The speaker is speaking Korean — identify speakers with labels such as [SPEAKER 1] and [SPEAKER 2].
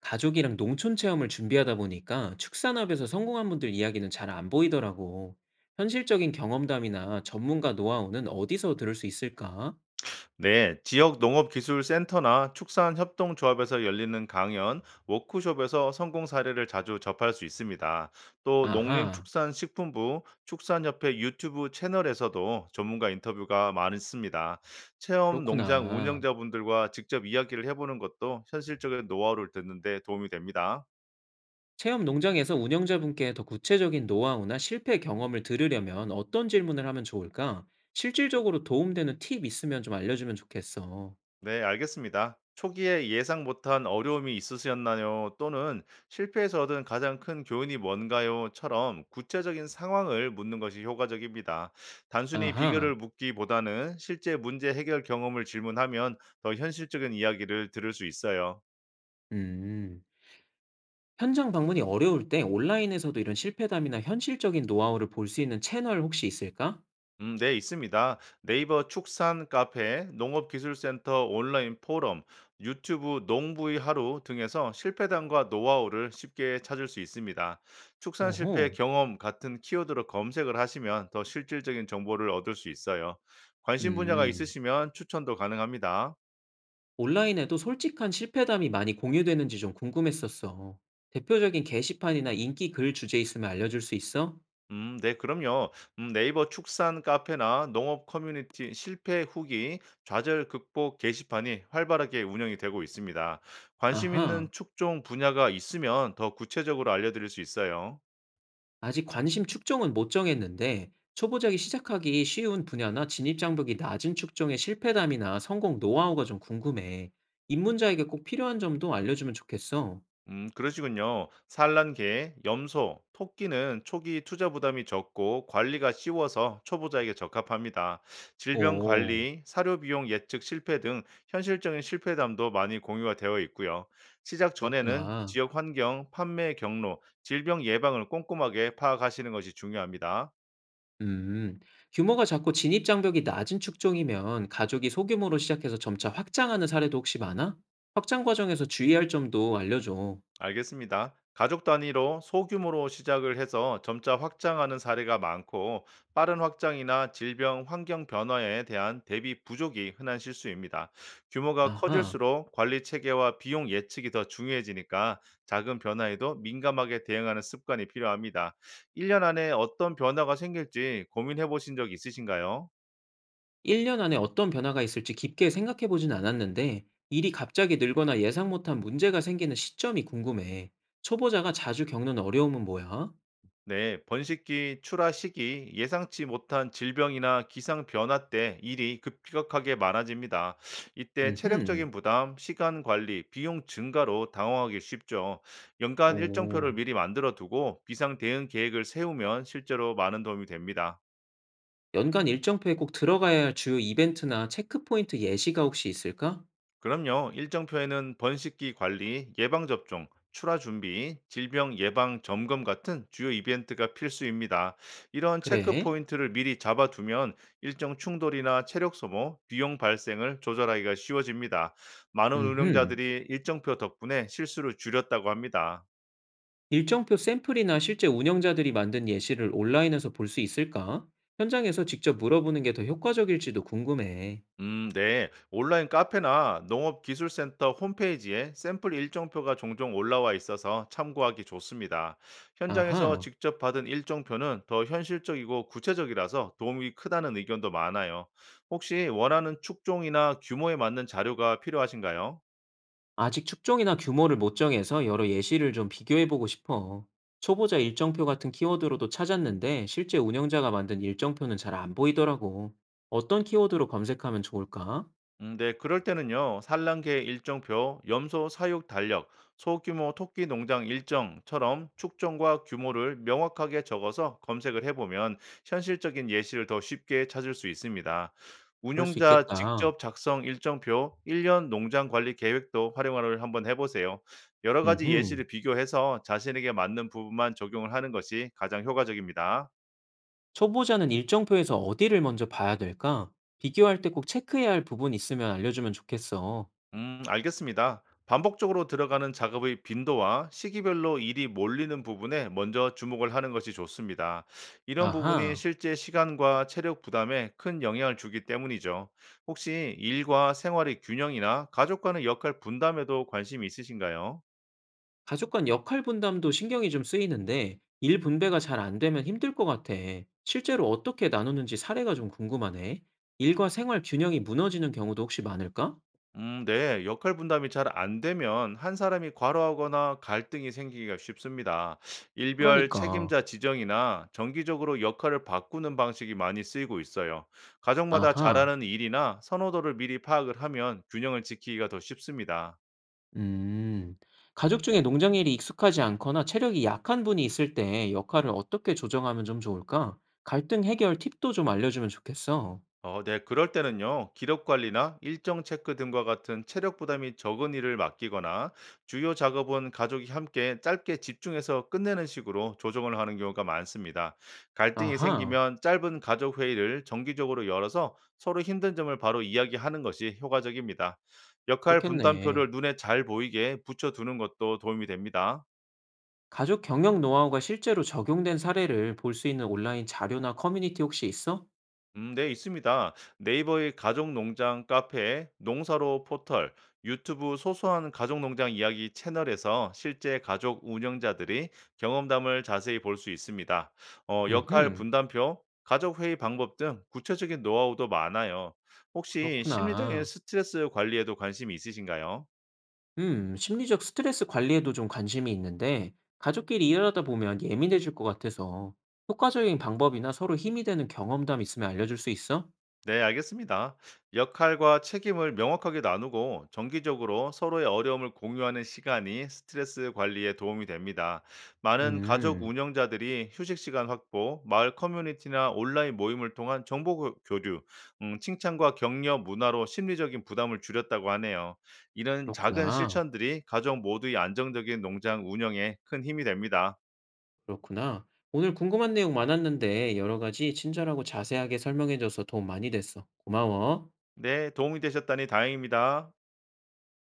[SPEAKER 1] 가족이랑 농촌 체험을 준비하다 보니까 축산업에서 성공한 분들 이야기는 잘 안 보이더라고. 현실적인 경험담이나 전문가 노하우는 어디서 들을 수 있을까?
[SPEAKER 2] 네, 지역 농업기술센터나 축산협동조합에서 열리는 강연, 워크숍에서 성공 사례를 자주 접할 수 있습니다. 또
[SPEAKER 1] 아하,
[SPEAKER 2] 농림축산식품부, 축산협회 유튜브 채널에서도 전문가 인터뷰가 많습니다. 체험 농장
[SPEAKER 1] 그렇구나.
[SPEAKER 2] 운영자분들과 직접 이야기를 해보는 것도 현실적인 노하우를 듣는 데 도움이 됩니다.
[SPEAKER 1] 체험 농장에서 운영자분께 더 구체적인 노하우나 실패 경험을 들으려면 어떤 질문을 하면 좋을까? 실질적으로 도움되는 팁 있으면 좀 알려주면 좋겠어.
[SPEAKER 2] 네, 알겠습니다. 초기에 예상 못한 어려움이 있으셨나요? 또는 실패에서 얻은 가장 큰 교훈이 뭔가요?처럼 구체적인 상황을 묻는 것이 효과적입니다. 단순히
[SPEAKER 1] 아하.
[SPEAKER 2] 비결을 묻기보다는 실제 문제 해결 경험을 질문하면 더 현실적인 이야기를 들을 수 있어요.
[SPEAKER 1] 음. 현장 방문이 어려울 때 온라인에서도 이런 실패담이나 현실적인 노하우를 볼 수 있는 채널 혹시 있을까?
[SPEAKER 2] 네, 있습니다. 네이버 축산 카페, 농업기술센터 온라인 포럼, 유튜브 농부의 하루 등에서 실패담과 노하우를 쉽게 찾을 수 있습니다. 축산
[SPEAKER 1] 어허.
[SPEAKER 2] 실패 경험 같은 키워드로 검색을 하시면 더 실질적인 정보를 얻을 수 있어요. 관심 분야가
[SPEAKER 1] 음.
[SPEAKER 2] 있으시면 추천도 가능합니다.
[SPEAKER 1] 온라인에도 솔직한 실패담이 많이 공유되는지 좀 궁금했었어. 대표적인 게시판이나 인기 글 주제 있으면 알려줄 수 있어?
[SPEAKER 2] 네, 그럼요. 네이버 축산 카페나 농업 커뮤니티 실패 후기 좌절 극복 게시판이 활발하게 운영이 되고 있습니다. 관심 있는
[SPEAKER 1] 아하.
[SPEAKER 2] 축종 분야가 있으면 더 구체적으로 알려드릴 수 있어요.
[SPEAKER 1] 아직 관심 축정은 못 정했는데, 초보자기 시작하기 쉬운 분야나 진입장벽이 낮은 축정의 실패담이나 성공 노하우가 좀 궁금해. 입문자에게 꼭 필요한 점도 알려주면 좋겠어.
[SPEAKER 2] 그러시군요. 산란개, 염소, 토끼는 초기 투자 부담이 적고 관리가 쉬워서 초보자에게 적합합니다. 질병
[SPEAKER 1] 오,
[SPEAKER 2] 관리, 사료 비용 예측 실패 등 현실적인 실패담도 많이 공유가 되어 있고요. 시작 전에는
[SPEAKER 1] 그렇구나.
[SPEAKER 2] 지역 환경, 판매 경로, 질병 예방을 꼼꼼하게 파악하시는 것이 중요합니다.
[SPEAKER 1] 음, 규모가 작고 진입 장벽이 낮은 축종이면 가족이 소규모로 시작해서 점차 확장하는 사례도 혹시 많아? 확장 과정에서 주의할 점도 알려줘.
[SPEAKER 2] 알겠습니다. 가족 단위로 소규모로 시작을 해서 점차 확장하는 사례가 많고 빠른 확장이나 질병 환경 변화에 대한 대비 부족이 흔한 실수입니다. 규모가
[SPEAKER 1] 아하.
[SPEAKER 2] 커질수록 관리 체계와 비용 예측이 더 중요해지니까 작은 변화에도 민감하게 대응하는 습관이 필요합니다. 1년 안에 어떤 변화가 생길지 고민해 보신 적 있으신가요?
[SPEAKER 1] 1년 안에 어떤 변화가 있을지 깊게 생각해 보진 않았는데, 일이 갑자기 늘거나 예상 못한 문제가 생기는 시점이 궁금해. 초보자가 자주 겪는 어려움은 뭐야?
[SPEAKER 2] 네, 번식기 출하 시기, 예상치 못한 질병이나 기상 변화 때 일이 급격하게 많아집니다. 이때
[SPEAKER 1] 음흠.
[SPEAKER 2] 체력적인 부담, 시간 관리, 비용 증가로 당황하기 쉽죠. 연간 일정표를
[SPEAKER 1] 오,
[SPEAKER 2] 미리 만들어 두고 비상 대응 계획을 세우면 실제로 많은 도움이 됩니다.
[SPEAKER 1] 연간 일정표에 꼭 들어가야 할 주요 이벤트나 체크포인트 예시가 혹시 있을까?
[SPEAKER 2] 그럼요. 일정표에는 번식기 관리, 예방접종, 출하 준비, 질병 예방 점검 같은 주요 이벤트가 필수입니다. 이런 체크
[SPEAKER 1] 그래?
[SPEAKER 2] 포인트를 미리 잡아두면 일정 충돌이나 체력 소모, 비용 발생을 조절하기가 쉬워집니다. 많은
[SPEAKER 1] 음흠.
[SPEAKER 2] 운영자들이 일정표 덕분에 실수를 줄였다고 합니다.
[SPEAKER 1] 일정표 샘플이나 실제 운영자들이 만든 예시를 온라인에서 볼 수 있을까? 현장에서 직접 물어보는 게 더 효과적일지도 궁금해.
[SPEAKER 2] 네. 온라인 카페나 농업기술센터 홈페이지에 샘플 일정표가 종종 올라와 있어서 참고하기 좋습니다. 현장에서
[SPEAKER 1] 아하.
[SPEAKER 2] 직접 받은 일정표는 더 현실적이고 구체적이라서 도움이 크다는 의견도 많아요. 혹시 원하는 축종이나 규모에 맞는 자료가 필요하신가요?
[SPEAKER 1] 아직 축종이나 규모를 못 정해서 여러 예시를 좀 비교해보고 싶어. 초보자 일정표 같은 키워드로도 찾았는데 실제 운영자가 만든 일정표는 잘 안 보이더라고. 어떤 키워드로 검색하면 좋을까?
[SPEAKER 2] 네, 그럴 때는요, 산란계 일정표, 염소 사육 달력, 소규모 토끼 농장 일정처럼 축종과 규모를 명확하게 적어서 검색을 해보면 현실적인 예시를 더 쉽게 찾을 수 있습니다.
[SPEAKER 1] 그럴 수
[SPEAKER 2] 운용자
[SPEAKER 1] 있겠다.
[SPEAKER 2] 직접 작성 일정표, 1년 농장 관리 계획도 활용을 한번 해보세요. 여러 가지
[SPEAKER 1] 음흠.
[SPEAKER 2] 예시를 비교해서 자신에게 맞는 부분만 적용을 하는 것이 가장 효과적입니다.
[SPEAKER 1] 초보자는 일정표에서 어디를 먼저 봐야 될까? 비교할 때 꼭 체크해야 할 부분 있으면 알려주면 좋겠어.
[SPEAKER 2] 알겠습니다. 반복적으로 들어가는 작업의 빈도와 시기별로 일이 몰리는 부분에 먼저 주목을 하는 것이 좋습니다. 이런 부분이
[SPEAKER 1] 아하.
[SPEAKER 2] 실제 시간과 체력 부담에 큰 영향을 주기 때문이죠. 혹시 일과 생활의 균형이나 가족과의 역할 분담에도 관심이 있으신가요?
[SPEAKER 1] 가족 간 역할 분담도 신경이 좀 쓰이는데 일 분배가 잘 안 되면 힘들 것 같아. 실제로 어떻게 나누는지 사례가 좀 궁금하네. 일과 생활 균형이 무너지는 경우도 혹시 많을까?
[SPEAKER 2] 네. 역할 분담이 잘 안 되면 한 사람이 과로하거나 갈등이 생기기가 쉽습니다. 일별
[SPEAKER 1] 그러니까,
[SPEAKER 2] 책임자 지정이나 정기적으로 역할을 바꾸는 방식이 많이 쓰이고 있어요. 가정마다
[SPEAKER 1] 아하,
[SPEAKER 2] 잘하는 일이나 선호도를 미리 파악을 하면 균형을 지키기가 더 쉽습니다.
[SPEAKER 1] 음. 가족 중에 농장 일이 익숙하지 않거나 체력이 약한 분이 있을 때 역할을 어떻게 조정하면 좀 좋을까? 갈등 해결 팁도 좀 알려주면 좋겠어.
[SPEAKER 2] 네, 그럴 때는요, 기록 관리나 일정 체크 등과 같은 체력 부담이 적은 일을 맡기거나 주요 작업은 가족이 함께 짧게 집중해서 끝내는 식으로 조정을 하는 경우가 많습니다. 갈등이
[SPEAKER 1] 아하,
[SPEAKER 2] 생기면 짧은 가족 회의를 정기적으로 열어서 서로 힘든 점을 바로 이야기하는 것이 효과적입니다. 역할
[SPEAKER 1] 그렇겠네.
[SPEAKER 2] 분담표를 눈에 잘 보이게 붙여두는 것도 도움이 됩니다.
[SPEAKER 1] 가족 경영 노하우가 실제로 적용된 사례를 볼 수 있는 온라인 자료나 커뮤니티 혹시 있어?
[SPEAKER 2] 네, 있습니다. 네이버의 가족농장 카페, 농사로 포털, 유튜브 소소한 가족농장 이야기 채널에서 실제 가족 운영자들이 경험담을 자세히 볼 수 있습니다. 역할
[SPEAKER 1] 음흠,
[SPEAKER 2] 분담표, 가족회의 방법 등 구체적인 노하우도 많아요. 혹시 심리적인
[SPEAKER 1] 그렇구나.
[SPEAKER 2] 스트레스 관리에도 관심이 있으신가요?
[SPEAKER 1] 심리적 스트레스 관리에도 좀 관심이 있는데, 가족끼리 일하다 보면 예민해질 것 같아서 효과적인 방법이나 서로 힘이 되는 경험담 있으면 알려줄 수 있어?
[SPEAKER 2] 네, 알겠습니다. 역할과 책임을 명확하게 나누고 정기적으로 서로의 어려움을 공유하는 시간이 스트레스 관리에 도움이 됩니다. 많은 가족
[SPEAKER 1] 음,
[SPEAKER 2] 운영자들이 휴식 시간 확보, 마을 커뮤니티나 온라인 모임을 통한 정보 교류, 칭찬과 격려 문화로 심리적인 부담을 줄였다고 하네요. 이런 작은
[SPEAKER 1] 그렇구나.
[SPEAKER 2] 실천들이 가족 모두의 안정적인 농장 운영에 큰 힘이 됩니다.
[SPEAKER 1] 그렇구나. 오늘 궁금한 내용 많았는데, 여러 가지 친절하고 자세하게 설명해줘서 도움 많이 됐어. 고마워.
[SPEAKER 2] 네, 도움이 되셨다니 다행입니다.